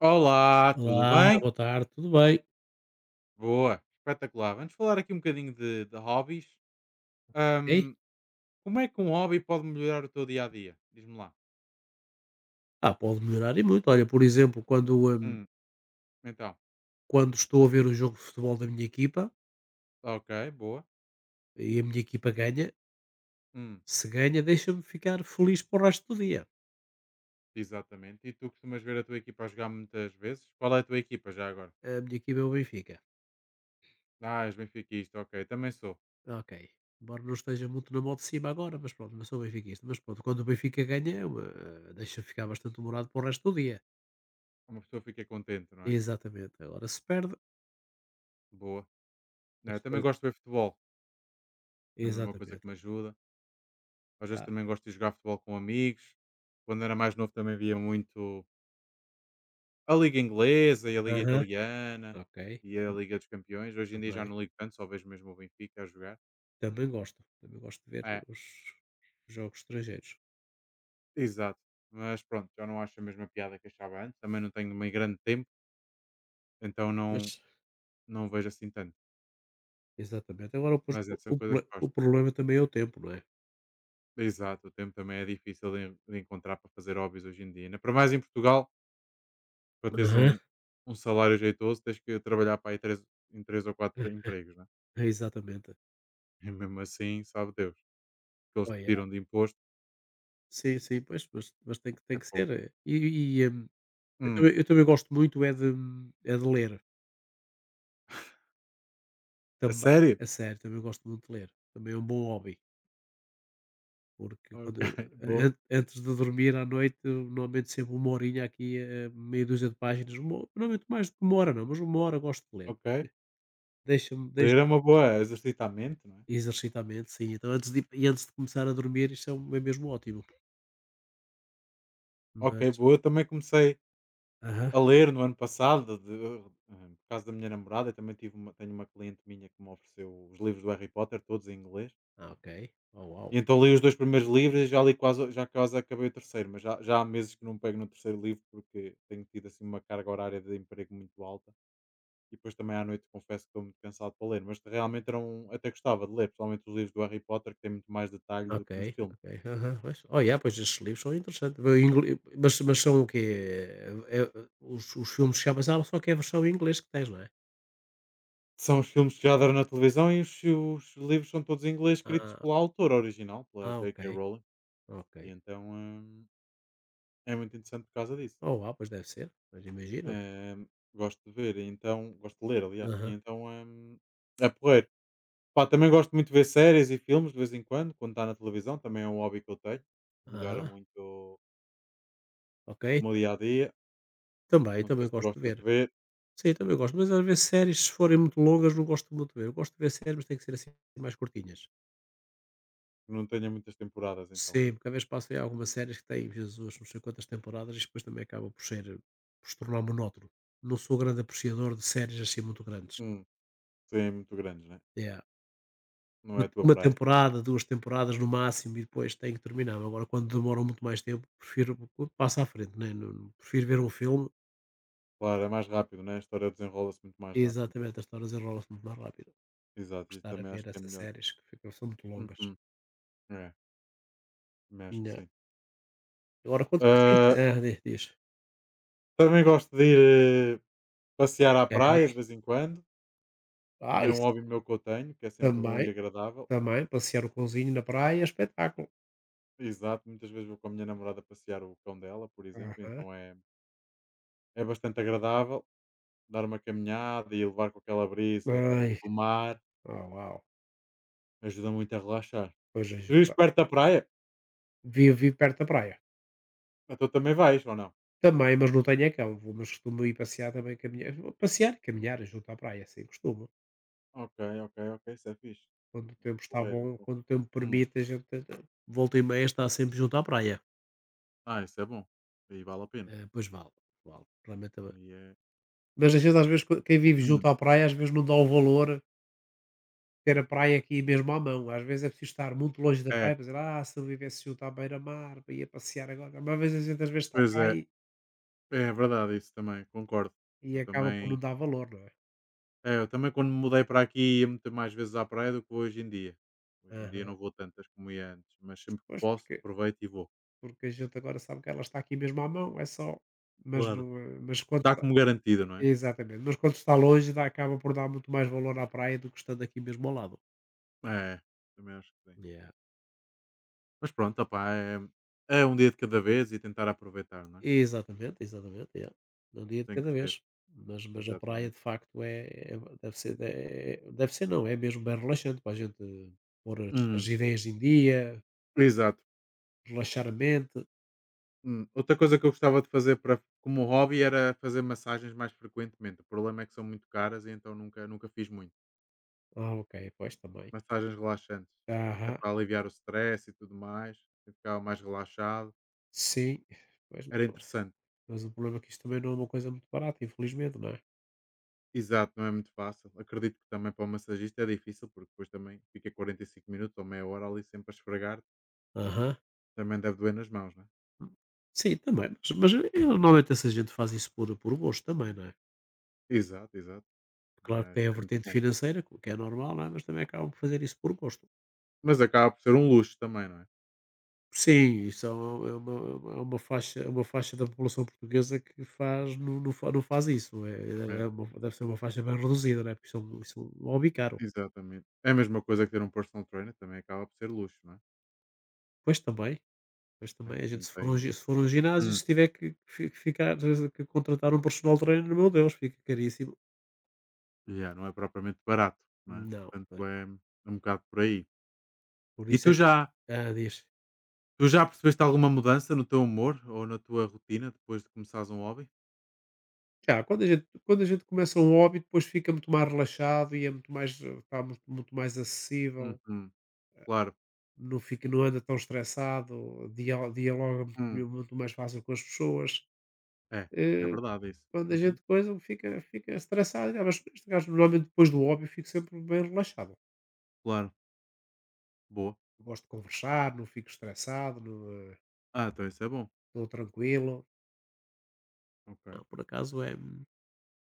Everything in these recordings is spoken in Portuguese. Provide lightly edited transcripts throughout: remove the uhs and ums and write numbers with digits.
Olá, tudo Olá, bem? boa tarde, tudo bem? Boa, espetacular. Vamos falar aqui um bocadinho de hobbies. Ok? Ahm, como é que um hobby pode melhorar o teu dia a dia? Diz-me lá. Ah, pode melhorar e muito. Olha, por exemplo, quando, Hum, Então, quando estou a ver o jogo de futebol da minha equipa ok, boa. e a minha equipa ganha, Hum, se ganha, deixa-me ficar feliz para o resto do dia. exatamente. E tu costumas ver a tua equipa a jogar muitas vezes? Qual é a tua equipa já agora? A minha equipa é o Benfica. Ah, és benfiquista, ok. Também sou. Ok. Embora não esteja muito na moda de cima agora, mas pronto, não sou benfiquista. Mas pronto, quando o Benfica ganha, eu, deixa-me ficar bastante humorado para o resto do dia. É, uma pessoa fica contente, não é? Exatamente. Agora se perde, Boa. As Também coisas. gosto de ver futebol. É uma coisa que Exatamente. me ajuda. Às vezes Ah, também gosto de jogar futebol com amigos. Quando era mais novo também via muito a liga inglesa e a liga aham, italiana ok. e a Liga dos Campeões. Hoje em dia já Também. não ligo tanto, só vejo mesmo o Benfica a jogar. Também gosto de ver É, os jogos estrangeiros. exato. Mas pronto, já não acho a mesma piada que achava antes. Também não tenho meio grande tempo, então não, Mas não vejo assim tanto. exatamente. Agora pois, Mas o é, são o coisas prole que o gosto. problema também é o tempo, não é? Exato, o tempo também é difícil de encontrar para fazer hobbies hoje em dia. Ainda para mais em Portugal, para teres Aham. um, um salário jeitoso, tens que trabalhar para aí em três ou quatro empregos, né? É, exatamente. E mesmo assim, sabe Deus, o que eles te Olha, tiram de imposto sim, sim, pois, mas tem que tem é que ser, pouco. Eu Hum, também eu também gosto muito é de ler, a também. sério? A sério, também gosto muito de ler. Também é um bom hobby, porque Ok, quando boa. an antes de dormir à noite, eu normalmente sempre 1 horinha aqui, meia dúzia de páginas, uma normalmente mais do que 1 hora não, mas uma hora gosto de ler. Ok. Deixa-me Ler é deixa uma boa, exercita a mente, não é? Exercitamento, sim. Então antes de e antes de começar a dormir isso é mesmo ótimo. Ok, Mas boa. Eu também comecei aham. a ler no ano passado, por causa da minha namorada. Eu também tenho uma cliente minha que me ofereceu os livros do Harry Potter, todos em inglês. Ah, ok. Oh, uau. E então li os dois primeiros livros e já quase acabei o terceiro, mas já há meses que não pego no terceiro livro porque tenho tido assim uma carga horária de emprego muito alta. E depois também à noite confesso que estou muito cansado para ler, mas realmente até gostava de ler, principalmente os livros do Harry Potter, que tem muito mais detalhe do Ok, que nos filmes. ok. Aham, pois. Oh, yeah, pois estes livros são interessantes. Vou ingl mas são o quê? É é os filmes chamas ah, só que é a versão em inglês que tens, não é? São os filmes que já deram na televisão e os livros são todos em inglês escritos Ah, pela autora original, pela ah, ok, J.K. Rowling, ok. e então, é muito interessante por causa disso. Oh, uau, pois deve ser, mas imagino. Hum, gosto de ver e então gosto de ler aliás, e Aham, então, é porreiro. Pá, também gosto muito de ver séries e filmes de vez em quando, quando está na televisão, também é um hobby que eu tenho, melhora aham, muito ok. o meu dia a dia, Também, não sei também se gosto de gostas ver. de ver, Sim, também gosto, mas às vezes séries se forem muito longas não gosto muito de ver. Eu gosto de ver séries, mas tem que ser assim mais curtinhas. não tenho muitas temporadas então é Sim, isso. porque às vezes passa aí algumas séries que têm, Jesus, não sei quantas temporadas e depois também acaba por ser, por se tornar monótono. Não sou grande apreciador de séries assim muito grandes. Hum, sim, muito grandes, né, É não é a tua uma praia. temporada, 2 temporadas no máximo e depois tem que terminar. Agora, quando demoram muito mais tempo, prefiro passar à frente, né? Prefiro ver um filme Claro, é mais rápido, né, a história desenrola-se muito mais e rápido. exatamente as histórias enrolam-se muito mais rápido. Do que Exato, e estar a também ver acho que é essas melhor. séries que ficam, são muito longas. Uhum. É, também acho que Yeah. sim. Agora, quando são assim, Ah, ah, diz. também gosto de ir passear à É. praia de vez em quando. Ah, Também é um isso hobby meu que eu tenho, que é sempre bom e também, agradável. também, passear o cãozinho na praia é espetáculo. Exato, muitas vezes vou com a minha namorada passear o cão dela, por exemplo, e Aham. então é bastante agradável dar uma caminhada e levar com aquela brisa Ai, do mar, oh, uau. ajuda muito a relaxar. Pois é, Tu vives claro. perto da praia? Vivo perto da praia. Então também vais, ou não? Também, mas não tenho é cão. Vou, mas costumo ir passear também, caminhar. Vou passear e caminhar junto à praia, assim costumo. Ok, ok, ok, isso é fixe. Quando o É muito tempo está porreiro, bom, então. quando o tempo Hum. permite, a gente volta e meia está sempre junto à praia. Ah, isso é bom. Aí vale a pena. Pois vale, vale. Realmente. E é Mas às vezes, quem vive Hum. junto à praia, às vezes não dá o valor ter a praia aqui mesmo à mão. Às vezes é preciso estar muito longe da É, praia para dizer, ah, se eu vivesse junto à beira-mar, ia passear agora. Mas às vezes, a gente, às vezes está pois cá. é, é verdade isso também, concordo. E Eu acaba por também não dar valor, não é? Eu também quando me mudei para aqui ia muito mais vezes à praia do que vou hoje em dia. Hoje em dia Aham. não vou tantas como ia antes, mas sempre que Pois, posso aproveito e vou. porque a gente agora sabe que ela está aqui mesmo à mão, é só mas Claro. não, mas quando Dá está como garantido, não é? exatamente, mas quando está longe dá acaba por dar muito mais valor à praia do que estando aqui mesmo ao lado. É, também acho que sim. Yeah. Mas pronto, opá, é um dia de cada vez e tentar aproveitar, não é? Exatamente, exatamente, é. Um dia de Tem cada que ser, vez. Mas a praia de exatamente. facto deve ser não, é mesmo bem relaxante para a gente pôr as Hum, ideias em dia, exato. relaxar a mente. Outra coisa que eu gostava de fazer para como hobby era fazer massagens mais frequentemente. O problema é que são muito caras e então nunca, nunca fiz muito. Ah, ok, pois também. Massagens relaxantes, até Aham, para aliviar o stress e tudo mais, eu ficava mais relaxado. sim, pois Era interessante. mas o problema é que isto também não é uma coisa muito barata, infelizmente, não é? Exato, não é muito fácil. Acredito que também para o massagista é difícil, porque depois também fica 45 minutos ou meia hora ali sempre a esfregar, Aham. também deve doer nas mãos, não é? Hum, sim, também, mas, normalmente essa gente faz isso por gosto também, não é? Exato, exato. Claro que Mas tem a é muito vertente bom. financeira, que é normal, não é? Mas também acabam por fazer isso por gosto. Mas acaba por ser um luxo também, não é? Sim, isso é uma, é uma, é uma faixa da população portuguesa que faz, não, não, não faz isso. É, É, é uma- deve ser uma faixa bem reduzida, não é? Porque isso é um hobby caro. exatamente. É a mesma coisa que ter um personal trainer, também acaba por ser luxo, não é? Pois também, pois também, Há a quem gente se for, tem. Se for a um ginásio, hum, se tiver que, que ficar, que contratar um personal trainer, meu Deus, fica caríssimo. Já, não é propriamente barato, não é? Não. Pois. Portanto, Não. é um bocado por aí. Por E isso tu é já hã, diz. tu já percebeste alguma mudança no teu humor ou na tua rotina depois de começares um hobby? Já, quando a gente começa um hobby, depois fica muito mais relaxado e é muito mais está muito mais acessível, Uhum, claro. não fica não anda tão estressado, dialoga Hum, muito mais fácil com as pessoas. é, é Eh, verdade isso. quando a Uhum, gente coisa fica estressado, "Ah, mas este gajo", normalmente depois do hobby fico sempre bem relaxado. claro, boa. Gosto de conversar, não fico estressado, não, Ah, então isso é bom. estou tranquilo. Ok. Não, por acaso é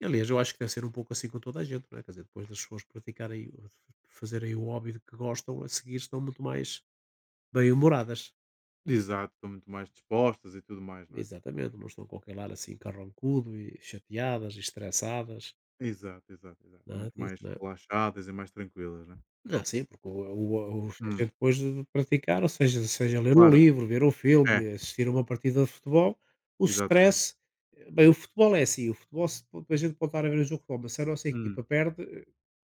e aliás, eu acho que deve ser um pouco assim com toda a gente, não é? Quer dizer, depois das pessoas praticarem, fazerem o hobby de que gostam, a seguir estão muito mais bem-humoradas. Exato, estão muito mais dispostas e tudo mais, não é? Exatamente, não estão com aquele ar assim carrancudo e chateadas e estressadas, Exato, exato, exato. Estão nada muito disso, mais não é? relaxadas e mais tranquilas, né? Ah, sim, porque o seja Hum, depois de praticar, ou seja seja ler um claro. livro, ver um É, filme, assistir a uma partida de futebol, o exatamente. stress bem, o futebol é assim, o futebol se a gente pode estar a ver o jogo de futebol, mas se a nossa Hum, equipa perde,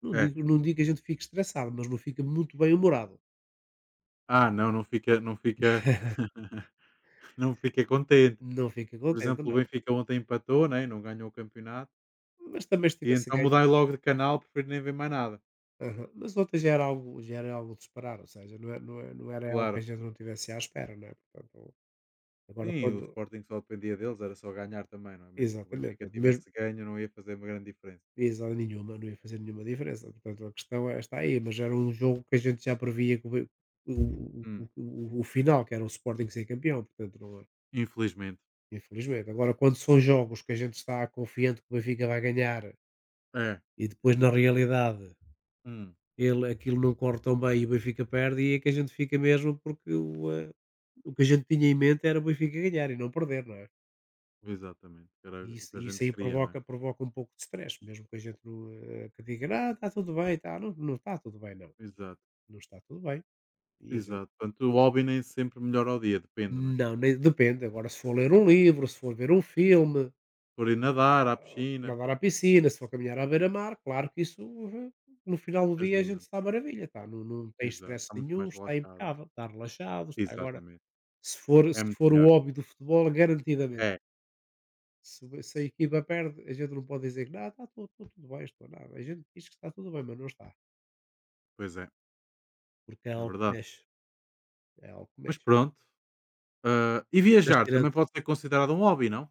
é. Não digo que a gente fique estressado, mas não fica muito bem-humorado. Ah, não, não fica, não fica. Não fiquei contente. Não fica Por contente, exemplo, não. o Benfica ontem empatou, né, e não ganhou o campeonato, Mas também se e tivesse então ganho mudei logo de canal, prefiro nem ver mais nada. aham, mas ontem já era algo de esperar, ou seja, não era algo que a Claro. gente não tivesse à espera, não é? Portanto, agora Sim, o quando Sporting só dependia deles, era só ganhar também, não é? Mesmo que o exatamente, Benfica portanto, mesmo tivesse ganho, não ia fazer uma grande diferença. exato, nenhuma, não ia fazer nenhuma diferença. Portanto, a questão é, está aí, mas era um jogo que a gente já previa que Hum. O final, que era o Sporting ser campeão, portanto, não é- Infelizmente. infelizmente. Agora, quando são jogos que a gente está confiante que o Benfica vai ganhar É. e depois, na realidade, Hum. ele, aquilo não corre tão bem e o Benfica perde, e é que a gente fica mesmo porque o que a gente tinha em mente era o Benfica ganhar e não perder, não é? Exatamente. Que era E o isso, que a e isso gente aí queria, não é? Provoca um pouco de stress, mesmo que a gente não, que diga, ah, está tudo bem, tá, não está tudo bem, não. Exato. Não está tudo bem. E a gente Exato. Portanto, o hobby nem sempre melhora ao dia, depende, não é? não, nem depende, agora se for ler um livro, se for ver um filme, Por ir nadar, à ah, piscina, nadar à piscina, se for caminhar à beira-mar, claro que isso eh, no final do dia a ajuda. gente Não está à é? maravilha, está, não, não tem Exato. estresse Está muito nenhum, mais está relaxado. impecável, está relaxado, está agora. Exatamente. Se for, É se muito for o melhor. hobby do futebol, garantidamente. É. Se a equipa perde, a gente não pode dizer que nada, está tudo bem, estou nada. A gente diz que está tudo bem, mas não está, Pois é. porque é É algo que verdade. mexe. É algo que Mas mexe. pronto. Ah, e Mas viajar também tirando pode ser considerado um hobby, não?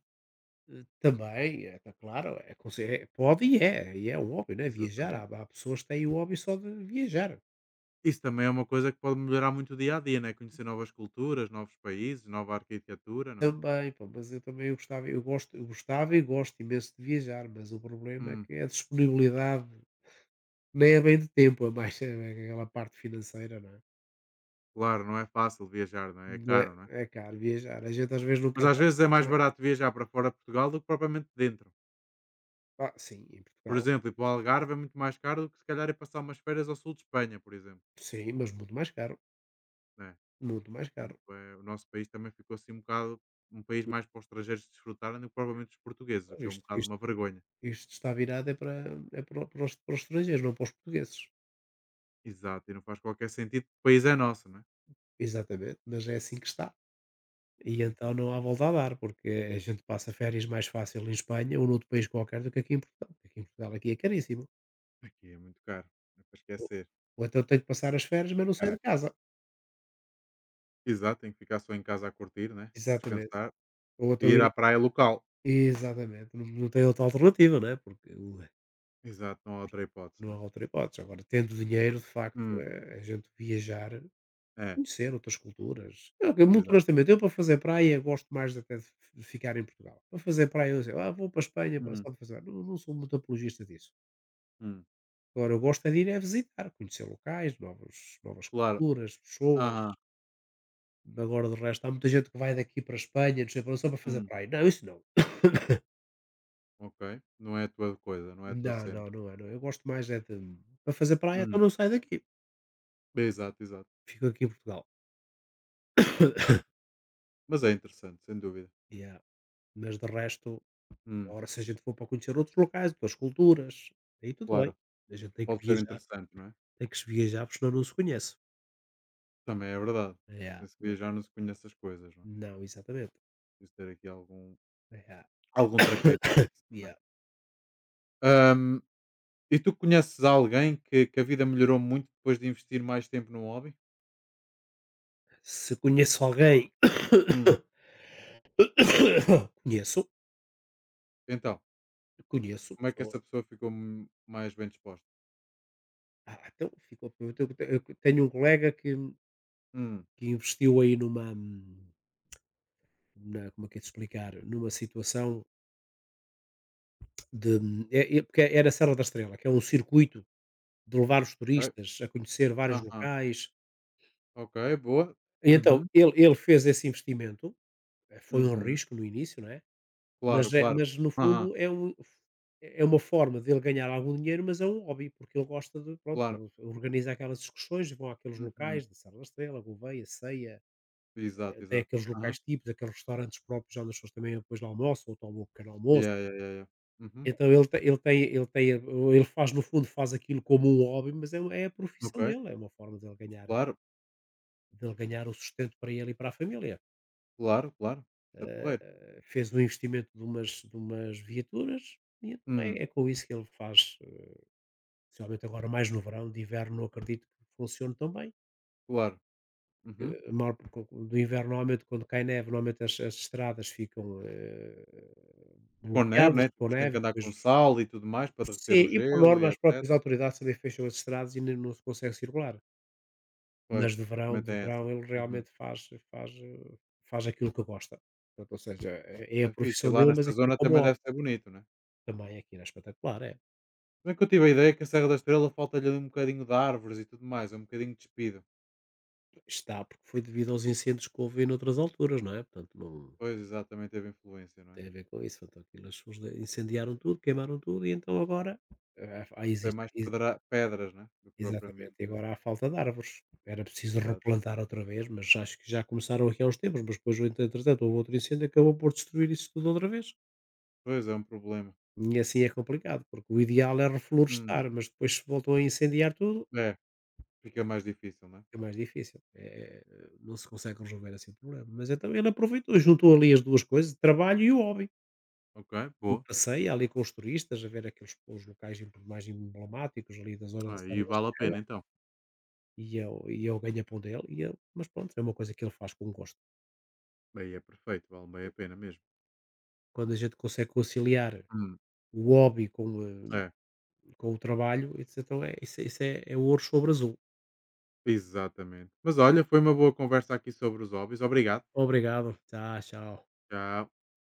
eh, também, é tá claro, é conse é pode e é um hobby, né, viajar, Exatamente. há pessoas que têm o hobby só de viajar, Isso também é uma coisa que pode melhorar muito o dia a dia, né? Conhecer novas culturas, novos países, nova arquitetura, não é? também, pá, mas eu também eu gostava eu gosto eu gostava e gosto imenso de viajar, mas o problema é Hum, que a disponibilidade nem é bem de tempo, é mais é é aquela parte financeira, não é? claro, não é fácil viajar, não é? É De caro, não é? é caro viajar, a gente às vezes não Mas quer às vezes é mais não é? barato viajar para fora de Portugal do que propriamente dentro. Ah, sim, em Por Portugal, exemplo, ir para o Algarve é muito mais caro do que se calhar ir passar umas férias ao sul de Espanha, por exemplo. sim, mas muito mais caro, Né? muito mais caro. Portanto, é, o nosso país também ficou assim um bocado um país mais para os estrangeiros desfrutarem do que propriamente os portugueses, o Mas que é um isto bocado isto uma vergonha. isto está virado é para os estrangeiros, não para os portugueses. Exato, e não faz qualquer sentido, porque o país é nosso, não é? Exatamente, mas é assim que está. E então não há Exatamente. volta a dar, porque a gente passa férias mais fácil em Espanha ou noutro país qualquer do que aqui em Portugal. Porque aqui em Portugal aqui é caríssimo. Aqui é muito caro, não é para Ou, esquecer. ou então tenho que passar as férias, mas não saio É, de casa. exato, tem que ficar só em casa a curtir, né? Exatamente. Descansar Ou e então ir ir. à praia local. Exatamente. Não, não tem outra alternativa, né? Exato, não há outra hipótese, Não né? há outra hipótese. Agora, tendo dinheiro, de facto, Hum, a gente viajar é, conhecer outras culturas. Eu muito exato. honestamente, eu para fazer praia gosto mais até de ficar em Portugal. Para fazer praia, eu digo: "Ah, vou para a Espanha para Hum, só para fazer". Não sou muito apologista disso. hum, Agora eu gosto é de ir a visitar, conhecer locais, novos novas claro. culturas, pessoas. Aham, Agora de resto, há muita gente que vai daqui para a Espanha, não sei para onde, só para fazer hum, praia. Não, isso não. ok. Não é a tua coisa, não é a tua Não, cena. não, não é, não. É. Eu gosto mais é de para fazer praia, então Hum, não saio daqui. exato, exato. Fico aqui em Portugal. Ya. Mas é interessante, sem dúvida. Yeah, mas de resto Hum, agora, se a gente for para conhecer outros locais, outras culturas, aí tudo bem. claro, A gente tem que pode ser viajar, interessante, não é? tem que se viajar, porque senão não se conhece. Também é verdade. Yeah. Sem se Não, viajar não se conhece as coisas, não é? não exatamente. Preciso ter aqui algum traqueio para Yeah. isso Yeah. também. Ahm, e tu conheces alguém que a vida melhorou muito depois de investir mais tempo num hobby? Se conheço alguém, Hum. conheço, Então, conheço como é que pessoa. essa pessoa ficou mais bem disposta? Ah, então, ficou, eu tenho um colega Hum. que investiu aí numa, na, como é que é de explicar, numa situação de, é, é, porque é é na Serra da Estrela, que é um circuito de levar os Ok. turistas a conhecer vários Aham. locais. Ok, boa. E então, Uhum. ele fez esse investimento, foi um Uhum. risco no início, não é, mas Claro, é claro. mas no Aham. fundo é um é uma forma dele ganhar algum dinheiro, mas é um hobby, porque ele gosta de pronto, Claro. ele organiza aquelas discussões, vão àqueles Uhum. locais de Serra da Estrela, Gouveia, Ceia, Exato, até exato. aqueles Aham. locais típicos, aqueles restaurantes próprios onde as pessoas também depois lá almoçam ou tomam um pequeno almoço. Yeah, yeah, yeah, yeah. Uhum. Então ele faz no fundo faz aquilo como um hobby, mas é é a Ok. profissão dele, é uma forma Claro, dele ganhar o sustento para ele e para a família. claro, claro. Isso é porreiro. Fez um investimento de umas viaturas e então Hum. é, é com isso que ele faz, especialmente agora mais no verão, de inverno não acredito que funcione tão bem. Claro. Uhum. Eh, a maior por- do inverno, normalmente quando cai neve, normalmente as estradas ficam Com neve, bloqueadas né? com Depois tem neve, que e andar depois com sal e tudo mais para derreter sim, o e por gelo norma e as próprias etc. autoridades também fecham as estradas e não se consegue circular. Mas Pois, também de tem essa. verão ele Uhum. realmente faz, faz aquilo que gosta. Portanto, ou seja, Bom, é isso a é fixe. E profissão lá dele, mas nessa aquilo zona também como deve ser bonito, né? também aqui era espetacular, é. Se bem que eu tive a ideia que a Serra da Estrela falta-lhe ali um bocadinho de árvores e tudo mais, é um bocadinho despido. Está, porque foi devido aos incêndios que houve em outras alturas, não é? Portanto, não Pois, exatamente, teve influência, não é? tem a ver com isso. Portanto aquilo, as pessoas incendiaram tudo, queimaram tudo, e então agora eh, há- É existe. mais ex- pedras, né? Do que exatamente, propriamente. e agora há falta de árvores. Era preciso Cidade. replantar outra vez, mas acho que já começaram aqui há uns tempos, mas depois, entretanto, houve outro incêndio que acabou por destruir isso tudo outra vez. Pois, é um problema. E assim é complicado, porque o ideal é Hum, reflorestar, mas depois se voltam a incendiar tudo, é, fica mais difícil, né? é mais difícil, não se consegue resolver assim o problema, mas então ele aproveitou, juntou ali as 2 coisas, trabalho e o hobby, Ok, e boa. passei ali com os turistas a ver aqueles os locais mais emblemáticos ali da zona da Serra Aí da vale a Estrela, pena então. E eu o ganha-pão dele e eu mas pronto, é uma coisa que ele faz com gosto. Aí é perfeito, vale bem a pena mesmo. Quando a gente consegue conciliar Hum, o hobby com, é, com o trabalho, isso é, é ouro sobre azul. exatamente. Mas olha, foi uma boa conversa aqui sobre os hobbies. Obrigado. Obrigado, tá, tchau. Tchau.